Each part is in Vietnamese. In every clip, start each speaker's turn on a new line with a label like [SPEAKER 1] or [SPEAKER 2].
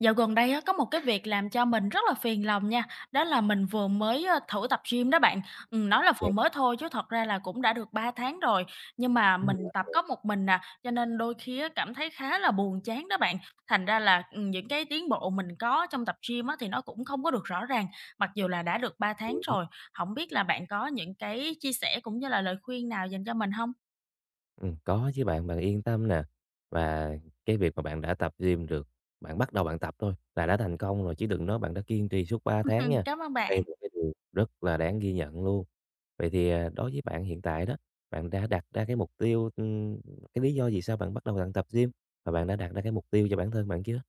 [SPEAKER 1] Dạo gần đây á, có một cái việc làm cho mình rất là phiền lòng nha, đó là mình vừa mới, thử tập gym đó bạn. Nói là vừa
[SPEAKER 2] Vậy
[SPEAKER 1] mới thôi chứ thật ra là cũng đã được 3 tháng rồi, nhưng mà mình tập
[SPEAKER 2] mình
[SPEAKER 1] có một mình nè cho nên đôi khi á, cảm thấy khá là buồn chán đó bạn. Thành ra là, những cái tiến bộ mình có trong tập gym á, thì nó cũng không có được rõ ràng, mặc dù là đã được 3 tháng
[SPEAKER 2] hiểu.
[SPEAKER 1] rồi. Không biết là bạn có những cái chia sẻ cũng như là lời khuyên nào dành cho mình không?
[SPEAKER 2] Có chứ bạn, bạn yên tâm nè. Và cái việc mà bạn đã tập gym được, bạn bắt đầu bạn tập thôi là đã thành công rồi, chứ đừng nói bạn đã kiên trì suốt 3 tháng nha.
[SPEAKER 1] Cảm ơn
[SPEAKER 2] Đây
[SPEAKER 1] bạn.
[SPEAKER 2] là cái điều rất là đáng ghi nhận luôn. Vậy thì, đối với bạn hiện tại đó, bạn đã đặt ra cái mục tiêu cái lý do vì sao bạn bắt đầu bạn tập gym và bạn đã đặt ra cái mục tiêu cho bản thân bạn chưa?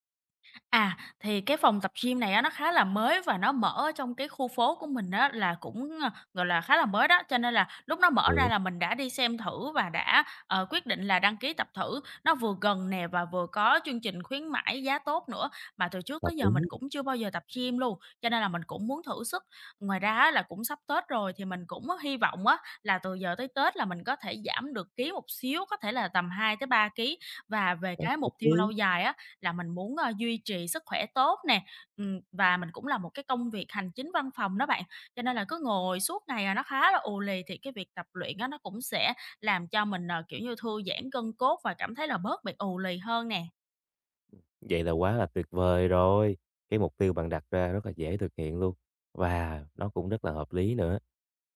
[SPEAKER 1] À, thì cái phòng tập gym này á, nó khá là mới và nó mở ở trong cái khu phố của mình á, là cũng, gọi là, khá là mới đó, cho nên là lúc nó mở ra
[SPEAKER 2] Hiểu,
[SPEAKER 1] là mình đã đi xem thử và đã, quyết định là đăng ký tập thử. Nó vừa gần nè và vừa có chương trình khuyến mãi giá tốt nữa, mà từ trước
[SPEAKER 2] hợp
[SPEAKER 1] tới giờ mình
[SPEAKER 2] lý,
[SPEAKER 1] cũng chưa bao giờ tập gym luôn, cho nên là mình cũng muốn thử sức. Ngoài ra á, là cũng sắp Tết rồi thì mình cũng hy vọng á, là từ giờ tới Tết là mình có thể giảm được ký một xíu, có thể là tầm 2 tới 3 ký. Và về
[SPEAKER 2] rất
[SPEAKER 1] cái
[SPEAKER 2] hợp
[SPEAKER 1] mục tiêu
[SPEAKER 2] lý.
[SPEAKER 1] lâu dài á, là mình muốn, duy trì sức khỏe tốt nè, và mình cũng là một cái công việc hành chính văn phòng đó bạn, cho nên là cứ ngồi suốt ngày à, nó khá là ù lì thì cái việc tập luyện á nó cũng sẽ làm cho mình, kiểu như, thư giãn gân cốt và cảm thấy là bớt bị ù lì hơn nè.
[SPEAKER 2] Vậy là quá là tuyệt vời rồi. Cái mục tiêu bạn đặt ra rất là dễ thực hiện luôn và nó cũng rất là hợp lý nữa.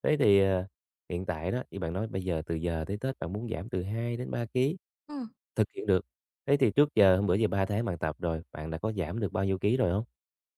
[SPEAKER 2] Thế thì, hiện tại đó, như bạn nói bây giờ từ giờ tới Tết bạn muốn giảm từ 2 đến 3 ký,
[SPEAKER 1] Ừm.
[SPEAKER 2] thực hiện được. Thế thì trước giờ hôm bữa giờ 3 tháng bạn tập rồi, bạn đã có giảm được bao nhiêu ký rồi không?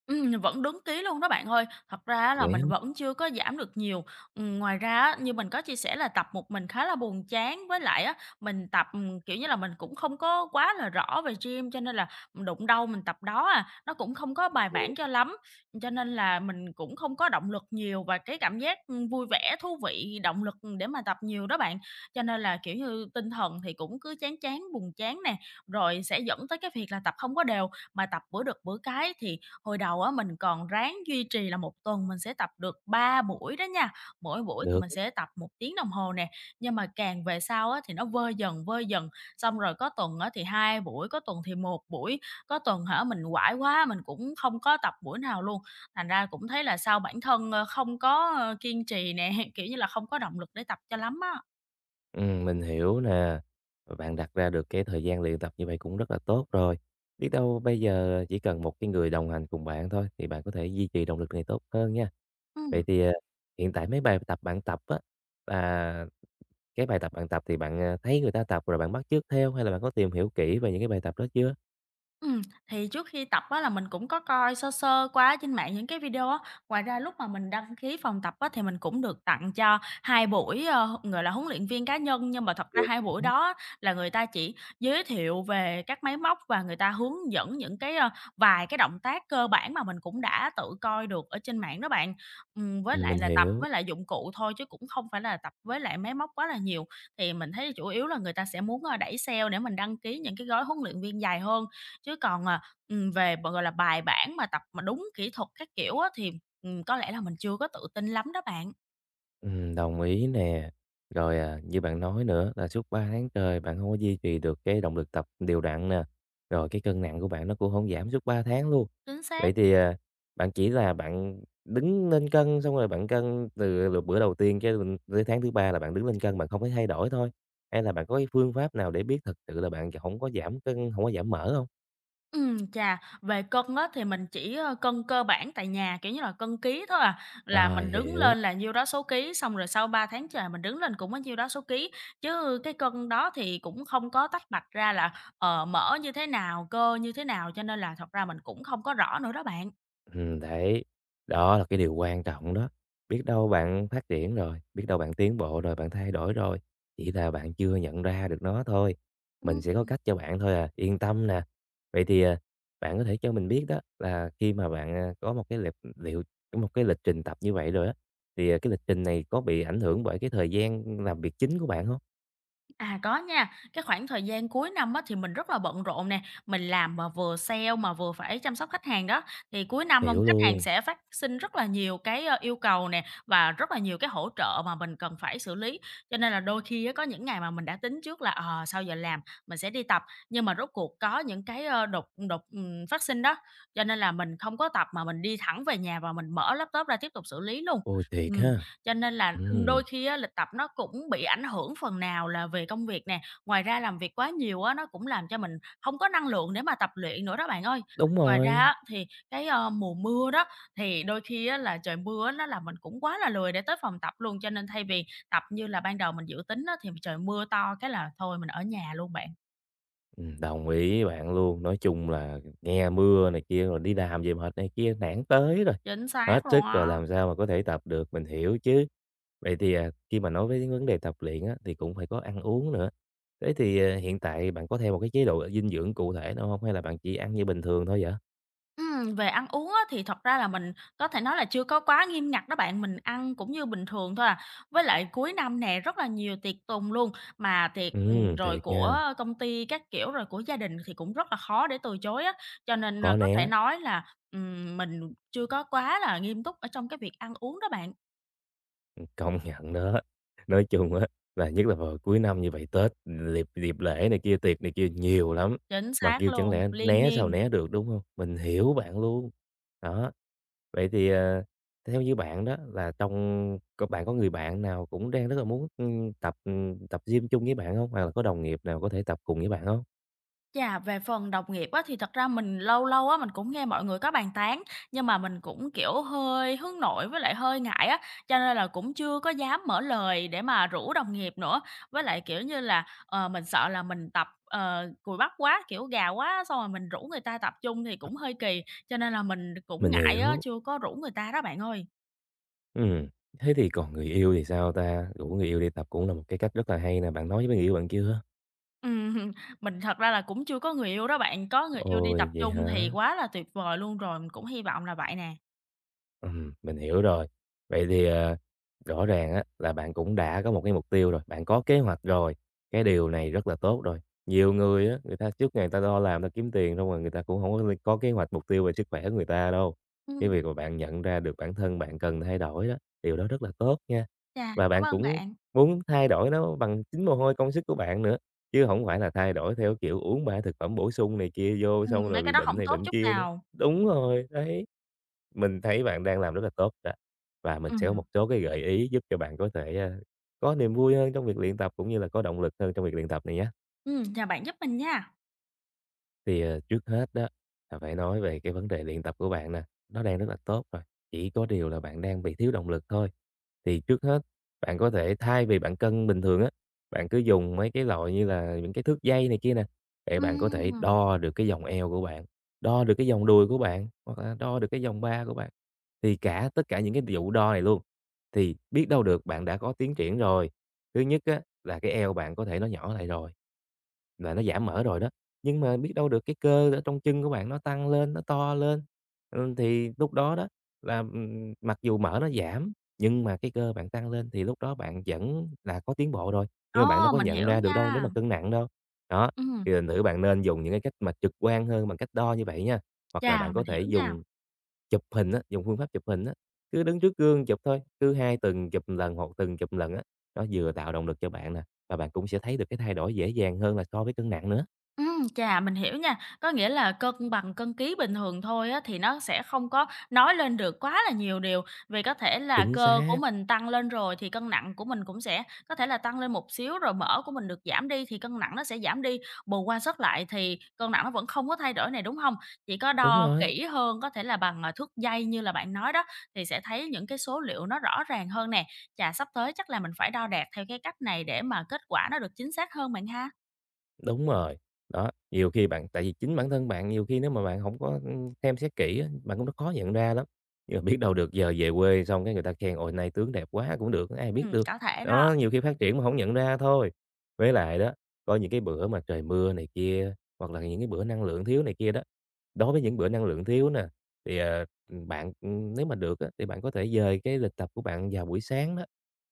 [SPEAKER 1] Vẫn đúng ký luôn đó bạn ơi. Thật ra á là
[SPEAKER 2] Vậy á.
[SPEAKER 1] mình vẫn chưa có giảm được nhiều. Ngoài ra á, như mình có chia sẻ là tập một mình khá là buồn chán, với lại á, mình tập, kiểu như là, mình cũng không có quá là rõ về gym, cho nên là đụng đâu mình tập đó à, nó cũng không có
[SPEAKER 2] Mình
[SPEAKER 1] bài
[SPEAKER 2] hiểu.
[SPEAKER 1] bản cho lắm. Cho nên là mình cũng không có động lực nhiều và cái cảm giác, vui vẻ, thú vị, động lực để mà tập nhiều đó bạn. Cho nên là, kiểu như, tinh thần thì cũng cứ chán chán, buồn chán nè, rồi sẽ dẫn tới cái việc là tập không có đều, mà tập bữa được bữa cái thì. Hồi đầu á, mình còn ráng duy trì là một tuần mình sẽ tập được 3 buổi đó nha, mỗi buổi thì
[SPEAKER 2] Được,
[SPEAKER 1] mình sẽ tập một tiếng đồng hồ nè, nhưng mà càng về sau á, thì nó vơi dần, xong rồi có tuần á, thì 2 buổi, có tuần thì một buổi, có tuần hả, mình quải quá mình cũng không có tập buổi nào luôn. Thành ra cũng thấy là sao bản thân, không có, kiên trì nè, kiểu như là, không có động lực để tập cho lắm á.
[SPEAKER 2] mình hiểu nè. Bạn đặt ra được cái thời gian luyện tập như vậy cũng rất là tốt rồi. Biết đâu bây giờ chỉ cần một cái người đồng hành cùng bạn thôi thì bạn có thể duy trì động lực này tốt hơn nha. Vậy
[SPEAKER 1] Ừm.
[SPEAKER 2] thì, hiện tại mấy bài tập bạn tập á, là cái bài tập bạn tập thì bạn, thấy người ta tập rồi bạn bắt chước theo hay là bạn có tìm hiểu kỹ về những cái bài tập đó chưa?
[SPEAKER 1] Ừm, thì trước khi tập á là mình cũng có coi sơ sơ qua trên mạng những cái video á. Ngoài ra lúc mà mình đăng ký phòng tập á thì mình cũng được tặng cho 2 buổi, gọi là, huấn luyện viên cá nhân, nhưng mà thật ra
[SPEAKER 2] Được.
[SPEAKER 1] 2 buổi đó là người ta chỉ giới thiệu về các máy móc và người ta hướng dẫn vài cái động tác cơ bản mà mình cũng đã tự coi được ở trên mạng đó bạn. Với lại
[SPEAKER 2] Mình
[SPEAKER 1] là tập
[SPEAKER 2] hiểu.
[SPEAKER 1] với lại dụng cụ thôi chứ cũng không phải là tập với lại máy móc quá là nhiều. Thì mình thấy chủ yếu là người ta sẽ muốn, đẩy sale để mình đăng ký những cái gói huấn luyện viên dài hơn. Chứ còn, à, về b gọi là, bài bản mà tập mà đúng kỹ thuật các kiểu á thì, có lẽ là mình chưa có tự tin lắm đó bạn.
[SPEAKER 2] Đồng ý nè. Rồi, như bạn nói nữa là suốt 3 tháng trời bạn không có duy trì được cái động lực tập đều đặn nè, rồi cái cân nặng của bạn nó cũng không giảm suốt 3 tháng luôn.
[SPEAKER 1] Chính xác.
[SPEAKER 2] Vậy thì, bạn chỉ là bạn đứng lên cân, xong rồi bạn cân từ bữa đầu tiên cho đến tới tháng thứ 3 là bạn đứng lên cân, bạn không thấy thay đổi thôi? Hay là bạn có cái phương pháp nào để biết thật sự là bạn không có giảm cân, không có giảm mỡ không?
[SPEAKER 1] Chà, về cân á thì mình chỉ, cân cơ bản tại nhà, kiểu như là, cân ký thôi à, là
[SPEAKER 2] Rồi,
[SPEAKER 1] mình đứng
[SPEAKER 2] hiểu.
[SPEAKER 1] lên là nhiêu đó số ký, xong rồi sau 3 tháng trời mình đứng lên cũng có nhiêu đó số ký, chứ cái cân đó thì cũng không có tách bạch ra là, mỡ như thế nào, cơ như thế nào, cho nên là thật ra mình cũng không có rõ nữa đó bạn.
[SPEAKER 2] Đấy, đó là cái điều quan trọng đó. Biết đâu bạn phát triển rồi, biết đâu bạn tiến bộ rồi, bạn thay đổi rồi, chỉ là bạn chưa nhận ra được nó thôi. Mình sẽ có cách cho bạn thôi à, yên tâm nè. Vậy thì, bạn có thể cho mình biết đó là khi mà bạn, có một cái lịch trình tập như vậy rồi á, thì, cái lịch trình này có bị ảnh hưởng bởi cái thời gian làm việc chính của bạn không?
[SPEAKER 1] À, có nha. Cái khoảng thời gian cuối năm á, thì mình rất là bận rộn nè, mình làm mà vừa sale mà vừa phải chăm sóc khách hàng đó, thì cuối năm không
[SPEAKER 2] Hiểu
[SPEAKER 1] khách hàng
[SPEAKER 2] luôn,
[SPEAKER 1] sẽ phát sinh rất là nhiều cái, yêu cầu nè, và rất là nhiều cái hỗ trợ mà mình cần phải xử lý. Cho nên là đôi khi á, có những ngày mà mình đã tính trước là, sau giờ làm mình sẽ đi tập, nhưng mà rốt cuộc có những cái, phát sinh đó, cho nên là mình không có tập mà mình đi thẳng về nhà và mình mở laptop ra tiếp tục xử lý luôn.
[SPEAKER 2] ôi, thiệt
[SPEAKER 1] Ừm.
[SPEAKER 2] ha!
[SPEAKER 1] Cho nên là,
[SPEAKER 2] Ừm,
[SPEAKER 1] đôi khi á, lịch tập nó cũng bị ảnh hưởng phần nào là về công việc nè, ngoài ra làm việc quá nhiều á, nó cũng làm cho mình hông có năng lượng để mà tập luyện nữa đó bạn ơi.
[SPEAKER 2] Đúng
[SPEAKER 1] Ngoài ra
[SPEAKER 2] rồi.
[SPEAKER 1] á, thì cái, mùa mưa đó, thì đôi khi á, là trời mưa á, nó làm mình cũng quá là lười để tới phòng tập luôn, cho nên thay vì tập như là ban đầu mình dự tính á, thì trời mưa to cái là thôi mình ở nhà luôn bạn.
[SPEAKER 2] Đồng ý bạn luôn. Nói chung là nghe mưa này kia, rồi đi làm về mệt này kia, nản tới rồi,
[SPEAKER 1] Chính
[SPEAKER 2] hết
[SPEAKER 1] xác luôn
[SPEAKER 2] sức rồi
[SPEAKER 1] á.
[SPEAKER 2] làm sao mà có thể tập được, mình hiểu chứ. Vậy thì, khi mà nói với cái vấn đề tập luyện á, thì cũng phải có ăn uống nữa. Thế thì, hiện tại bạn có theo một cái chế độ dinh dưỡng cụ thể nào hông, hay là bạn chỉ ăn như bình thường thôi vậy?
[SPEAKER 1] Về ăn uống á, thì thật ra là mình có thể nói là chưa có quá nghiêm ngặt đó bạn, mình ăn cũng như bình thường thôi à. Với lại cuối năm nè, rất là nhiều tiệc tùng luôn, mà tiệc, rồi
[SPEAKER 2] Thiệt nha,
[SPEAKER 1] của công ty các kiểu, rồi của gia đình thì cũng rất là khó để từ chối á. Cho nên,
[SPEAKER 2] khó
[SPEAKER 1] có thể
[SPEAKER 2] né,
[SPEAKER 1] nói là, mình chưa có quá là nghiêm túc ở trong cái việc ăn uống đó bạn.
[SPEAKER 2] công nhận đó. Nói chung á, là nhất là vào cuối năm như vậy, Tết, dịp lễ này kia, tiệc này kia nhiều lắm,
[SPEAKER 1] Chính
[SPEAKER 2] mà
[SPEAKER 1] xác
[SPEAKER 2] kêu chẳng
[SPEAKER 1] luôn,
[SPEAKER 2] lẽ
[SPEAKER 1] liên
[SPEAKER 2] né sao
[SPEAKER 1] miên.
[SPEAKER 2] né được, đúng không? Mình hiểu bạn luôn. Đó, vậy thì, theo như bạn đó là có bạn có người bạn nào cũng đang rất là muốn, tập gym chung với bạn không? Hoặc là có đồng nghiệp nào có thể tập cùng với bạn không?
[SPEAKER 1] Chà, về phần đồng nghiệp á, thì thật ra mình lâu lâu á, mình cũng nghe mọi người có bàn tán, nhưng mà mình cũng, kiểu, hơi hướng nội với lại hơi ngại á, cho nên là cũng chưa có dám mở lời để mà rủ đồng nghiệp nữa. Với lại, kiểu như là, mình sợ là mình tập, cùi bắp quá, kiểu, gà quá, xong rồi mình rủ người ta tập chung thì cũng hơi kỳ, cho nên là mình cũng
[SPEAKER 2] Mình
[SPEAKER 1] ngại á,
[SPEAKER 2] hiểu.
[SPEAKER 1] chưa có rủ người ta đó bạn ơi.
[SPEAKER 2] Ừm, Thế thì còn người yêu thì sao ta? Rủ người yêu đi tập cũng là một cái cách rất là hay nè, bạn nói với người yêu bạn chưa?
[SPEAKER 1] Ừm, mình thật ra là cũng chưa có người yêu đó bạn, có người yêu đi tập
[SPEAKER 2] Ôi, vậy
[SPEAKER 1] chung thì
[SPEAKER 2] hả?
[SPEAKER 1] quá là tuyệt vời luôn rồi, mình cũng hy vọng là vậy nè.
[SPEAKER 2] Mình hiểu rồi. Vậy thì, rõ ràng á là bạn cũng đã có một cái mục tiêu rồi, bạn có kế hoạch rồi, cái điều này rất là tốt rồi. Nhiều người á, người ta trước ngày người ta lo làm, người ta kiếm tiền xong rồi người ta cũng không có kế hoạch, mục tiêu về sức khỏe của người ta đâu. Cái
[SPEAKER 1] Ừm.
[SPEAKER 2] việc mà bạn nhận ra được bản thân bạn cần thay đổi đó, điều đó rất là tốt nha.
[SPEAKER 1] Chà,
[SPEAKER 2] Và
[SPEAKER 1] cảm
[SPEAKER 2] bạn
[SPEAKER 1] ơn
[SPEAKER 2] cũng
[SPEAKER 1] bạn.
[SPEAKER 2] muốn thay đổi nó bằng chính mồ hôi công sức của bạn nữa, chứ không phải là thay đổi theo kiểu uống 3 thực phẩm bổ sung này kia vô xong
[SPEAKER 1] Mấy
[SPEAKER 2] rồi
[SPEAKER 1] cái
[SPEAKER 2] bị
[SPEAKER 1] đó
[SPEAKER 2] bệnh
[SPEAKER 1] hổng
[SPEAKER 2] này
[SPEAKER 1] tốt
[SPEAKER 2] bệnh
[SPEAKER 1] chút
[SPEAKER 2] kia nữa.
[SPEAKER 1] nào.
[SPEAKER 2] Đúng rồi, đấy, mình thấy bạn đang làm rất là tốt đó, và mình sẽ có một
[SPEAKER 1] Ừm,
[SPEAKER 2] số cái gợi ý giúp cho bạn có thể, có niềm vui hơn trong việc luyện tập cũng như là có động lực hơn trong việc luyện tập này nhé.
[SPEAKER 1] ừm, nhờ bạn giúp mình nha.
[SPEAKER 2] Thì, trước hết đó là phải nói về cái vấn đề luyện tập của bạn nè, nó đang rất là tốt rồi, chỉ có điều là bạn đang bị thiếu động lực thôi. Thì trước hết bạn có thể thay vì bạn cân bình thường á, bạn cứ dùng mấy cái loại như là những cái thước dây này kia nè, để bạn có thể
[SPEAKER 1] Ừm,
[SPEAKER 2] đo được cái vòng eo của bạn, đo được cái vòng đùi của bạn, hoặc là đo được cái vòng ba của bạn. Thì cả tất cả những cái vụ đo này luôn, thì biết đâu được bạn đã có tiến triển rồi. Thứ nhất á là cái eo bạn có thể nó nhỏ lại rồi. Là nó giảm mỡ rồi đó, nhưng mà biết đâu được cái cơ ở trong chân của bạn nó tăng lên, nó to lên, ừ, thì lúc đó đó là, mặc dù mỡ nó giảm, nhưng mà cái cơ bạn tăng lên thì lúc đó bạn vẫn là có tiến bộ rồi, nhưng mà bạn đâu
[SPEAKER 1] ồ,
[SPEAKER 2] có
[SPEAKER 1] mình
[SPEAKER 2] nhận
[SPEAKER 1] hiểu
[SPEAKER 2] ra được đâu nếu mà
[SPEAKER 1] nha.
[SPEAKER 2] cân nặng đâu. Đó,
[SPEAKER 1] Ừm,
[SPEAKER 2] thì thành thử bạn nên dùng những cái cách mà trực quan hơn bằng cách đo như vậy nha, hoặc là
[SPEAKER 1] chà,
[SPEAKER 2] bạn có
[SPEAKER 1] mình
[SPEAKER 2] thể
[SPEAKER 1] hiểu nha.
[SPEAKER 2] dùng. Chụp hình á, dùng phương pháp chụp hình á, cứ đứng trước gương chụp thôi, cứ 2 tuần chụp lần, hoặc tuần chụp lần á, nó vừa tạo động lực cho bạn nè, và bạn cũng sẽ thấy được cái thay đổi dễ dàng hơn là so với cân nặng nữa.
[SPEAKER 1] Chà, mình hiểu nha. Có nghĩa là cân bằng cân ký bình thường thôi á, thì nó sẽ không có nói lên được quá là nhiều điều, vì có thể là
[SPEAKER 2] Chính
[SPEAKER 1] cơ của
[SPEAKER 2] xác,
[SPEAKER 1] mình tăng lên rồi thì cân nặng của mình cũng sẽ có thể là tăng lên một xíu, rồi mỡ của mình được giảm đi thì cân nặng nó sẽ giảm đi, bù qua sớt lại thì cân nặng nó vẫn không có thay đổi này, đúng không? Chỉ có
[SPEAKER 2] đúng
[SPEAKER 1] đo
[SPEAKER 2] rồi.
[SPEAKER 1] kỹ hơn, có thể là bằng, thước dây như là bạn nói đó, thì sẽ thấy những cái số liệu nó rõ ràng hơn nè. Chà, sắp tới chắc là mình phải đo đạc theo cái cách này để mà kết quả nó được chính xác hơn bạn ha?
[SPEAKER 2] Đúng rồi, đó, nhiều khi bạn tại vì chính bản thân bạn nhiều khi nếu mà bạn hổng có, xem xét kỹ á, bạn cũng khó nhận ra lắm. Nhưng mà biết đâu được giờ về quê xong cái người ta khen "Ôi, nay tướng đẹp quá" cũng được, ai biết được.
[SPEAKER 1] Có thể đó.
[SPEAKER 2] Đó, nhiều khi phát triển mà hổng nhận ra thôi. Với lại đó, có những cái bữa mà trời mưa này kia, hoặc là những cái bữa năng lượng thiếu này kia đó, đối với những bữa năng lượng thiếu nè, thì, bạn, nếu mà được á, thì bạn có thể dời cái lịch tập của bạn vào buổi sáng đó.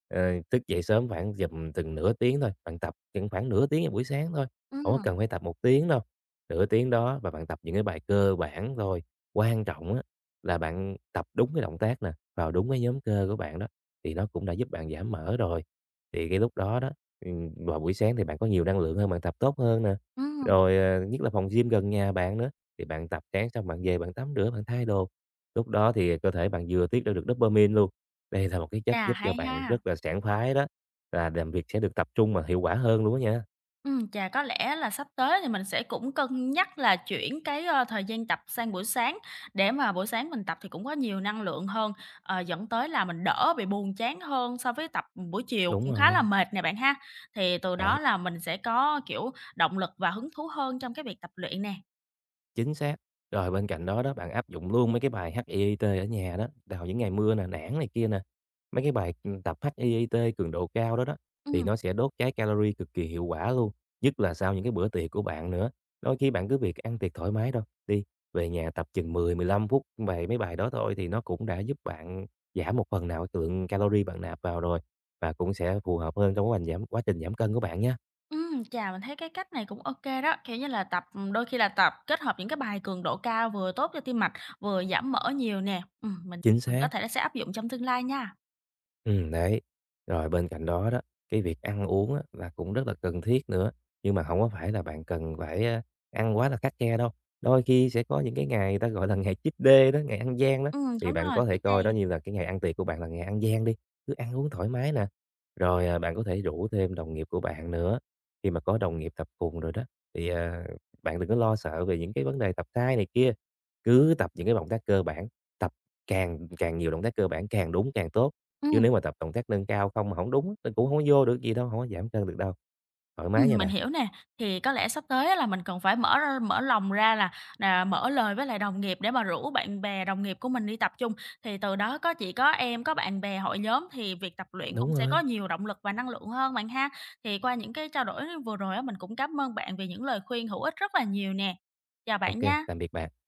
[SPEAKER 2] Ờ, Thức dậy sớm khoảng giùm từng nửa tiếng thôi, bạn tập chừng khoảng nửa tiếng vào buổi sáng thôi, không có
[SPEAKER 1] Ừm,
[SPEAKER 2] cần phải tập một tiếng đâu, nửa tiếng đó và bạn tập những cái bài cơ bản thôi. Quan trọng á là bạn tập đúng cái động tác nè, vào đúng cái nhóm cơ của bạn đó, thì nó cũng đã giúp bạn giảm mỡ rồi. Thì cái lúc đó đó, vào buổi sáng thì bạn có nhiều năng lượng hơn, bạn tập tốt hơn nè.
[SPEAKER 1] ừm,
[SPEAKER 2] Rồi, nhất là phòng gym gần nhà bạn nữa, thì bạn tập sáng xong bạn về bạn tắm rửa, bạn thay đồ. Lúc đó thì cơ thể bạn vừa tiết ra được dopamine luôn. Đây là một cái chất
[SPEAKER 1] chà,
[SPEAKER 2] giúp cho
[SPEAKER 1] hay
[SPEAKER 2] bạn
[SPEAKER 1] ha.
[SPEAKER 2] rất là sảng khoái đó, là làm việc sẽ được tập trung mà hiệu quả hơn luôn á nha.
[SPEAKER 1] Chà, có lẽ là sắp tới thì mình sẽ cũng cân nhắc là chuyển cái, thời gian tập sang buổi sáng để mà buổi sáng mình tập thì cũng có nhiều năng lượng hơn, dẫn tới là mình đỡ bị buồn chán hơn so với tập, buổi chiều
[SPEAKER 2] Đúng
[SPEAKER 1] cũng khá là
[SPEAKER 2] rồi,
[SPEAKER 1] mệt nè bạn ha. Thì từ
[SPEAKER 2] đấy.
[SPEAKER 1] đó là mình sẽ có, kiểu, động lực và hứng thú hơn trong cái việc tập luyện nè.
[SPEAKER 2] Chính xác. Rồi bên cạnh đó đó, bạn áp dụng luôn mấy cái bài HIIT ở nhà đó, vào những ngày mưa nè, nản này kia nè, mấy cái bài, tập HIIT cường độ cao đó đó, thì nó
[SPEAKER 1] Ừm.
[SPEAKER 2] sẽ đốt cháy calorie cực kỳ hiệu quả luôn, nhất là sau những cái bữa tiệc của bạn nữa. Đôi khi bạn cứ việc ăn tiệc thoải mái đâu đi, về nhà tập chừng 10 15 phút về mấy bài đó thôi thì nó cũng đã giúp bạn giảm một phần nào cái lượng calorie bạn nạp vào rồi, và cũng sẽ phù hợp hơn trong quá trình giảm cân của bạn nhé.
[SPEAKER 1] Chà, mình thấy cái cách này cũng ok đó, kiểu như là, tập đôi khi là tập kết hợp những cái bài cường độ cao vừa tốt cho tim mạch, vừa giảm mỡ nhiều nè. Mình
[SPEAKER 2] Chính
[SPEAKER 1] mình có
[SPEAKER 2] xác.
[SPEAKER 1] thể sẽ áp dụng trong tương lai nha.
[SPEAKER 2] Đấy. Rồi bên cạnh đó đó, cái việc ăn uống á là cũng rất là cần thiết nữa, nhưng mà không có phải là bạn cần phải, ăn quá là khắt khe đâu. Đôi khi sẽ có những cái ngày người ta gọi là ngày cheat day đó, ngày ăn gian đó, thì
[SPEAKER 1] Đúng
[SPEAKER 2] bạn
[SPEAKER 1] rồi,
[SPEAKER 2] có thể
[SPEAKER 1] cheat
[SPEAKER 2] coi đó
[SPEAKER 1] day.
[SPEAKER 2] như là cái ngày ăn tiệc của bạn là ngày ăn gian đi, cứ ăn uống thoải mái nè. Rồi, bạn có thể rủ thêm đồng nghiệp của bạn nữa, khi mà có đồng nghiệp tập cùng rồi đó, thì, bạn đừng có lo sợ về những cái vấn đề tập sai này kia, cứ tập những cái động tác cơ bản, tập càng càng nhiều động tác cơ bản càng đúng càng tốt. Chứ
[SPEAKER 1] Ừm.
[SPEAKER 2] nếu mà tập động tác nâng cao không mà hổng đúng á, mình cũng không có vô được gì đâu, không có giảm cân được đâu. Thoải mái nha
[SPEAKER 1] Mình
[SPEAKER 2] bạn.
[SPEAKER 1] hiểu nè. Thì có lẽ sắp tới á là mình cần phải mở ra mở lòng ra là mở lời với lại đồng nghiệp để mà rủ bạn bè, đồng nghiệp của mình đi tập chung. Thì từ đó có chị, có em, có bạn bè hội nhóm thì việc tập luyện cũng
[SPEAKER 2] Đúng
[SPEAKER 1] sẽ có
[SPEAKER 2] rồi.
[SPEAKER 1] nhiều động lực và năng lượng hơn bạn ha. Thì qua những cái trao đổi vừa rồi á, mình cũng cảm ơn bạn vì những lời khuyên hữu ích rất là nhiều nè. Chào
[SPEAKER 2] Ok,
[SPEAKER 1] bạn
[SPEAKER 2] tạm
[SPEAKER 1] nha.
[SPEAKER 2] biệt bạn.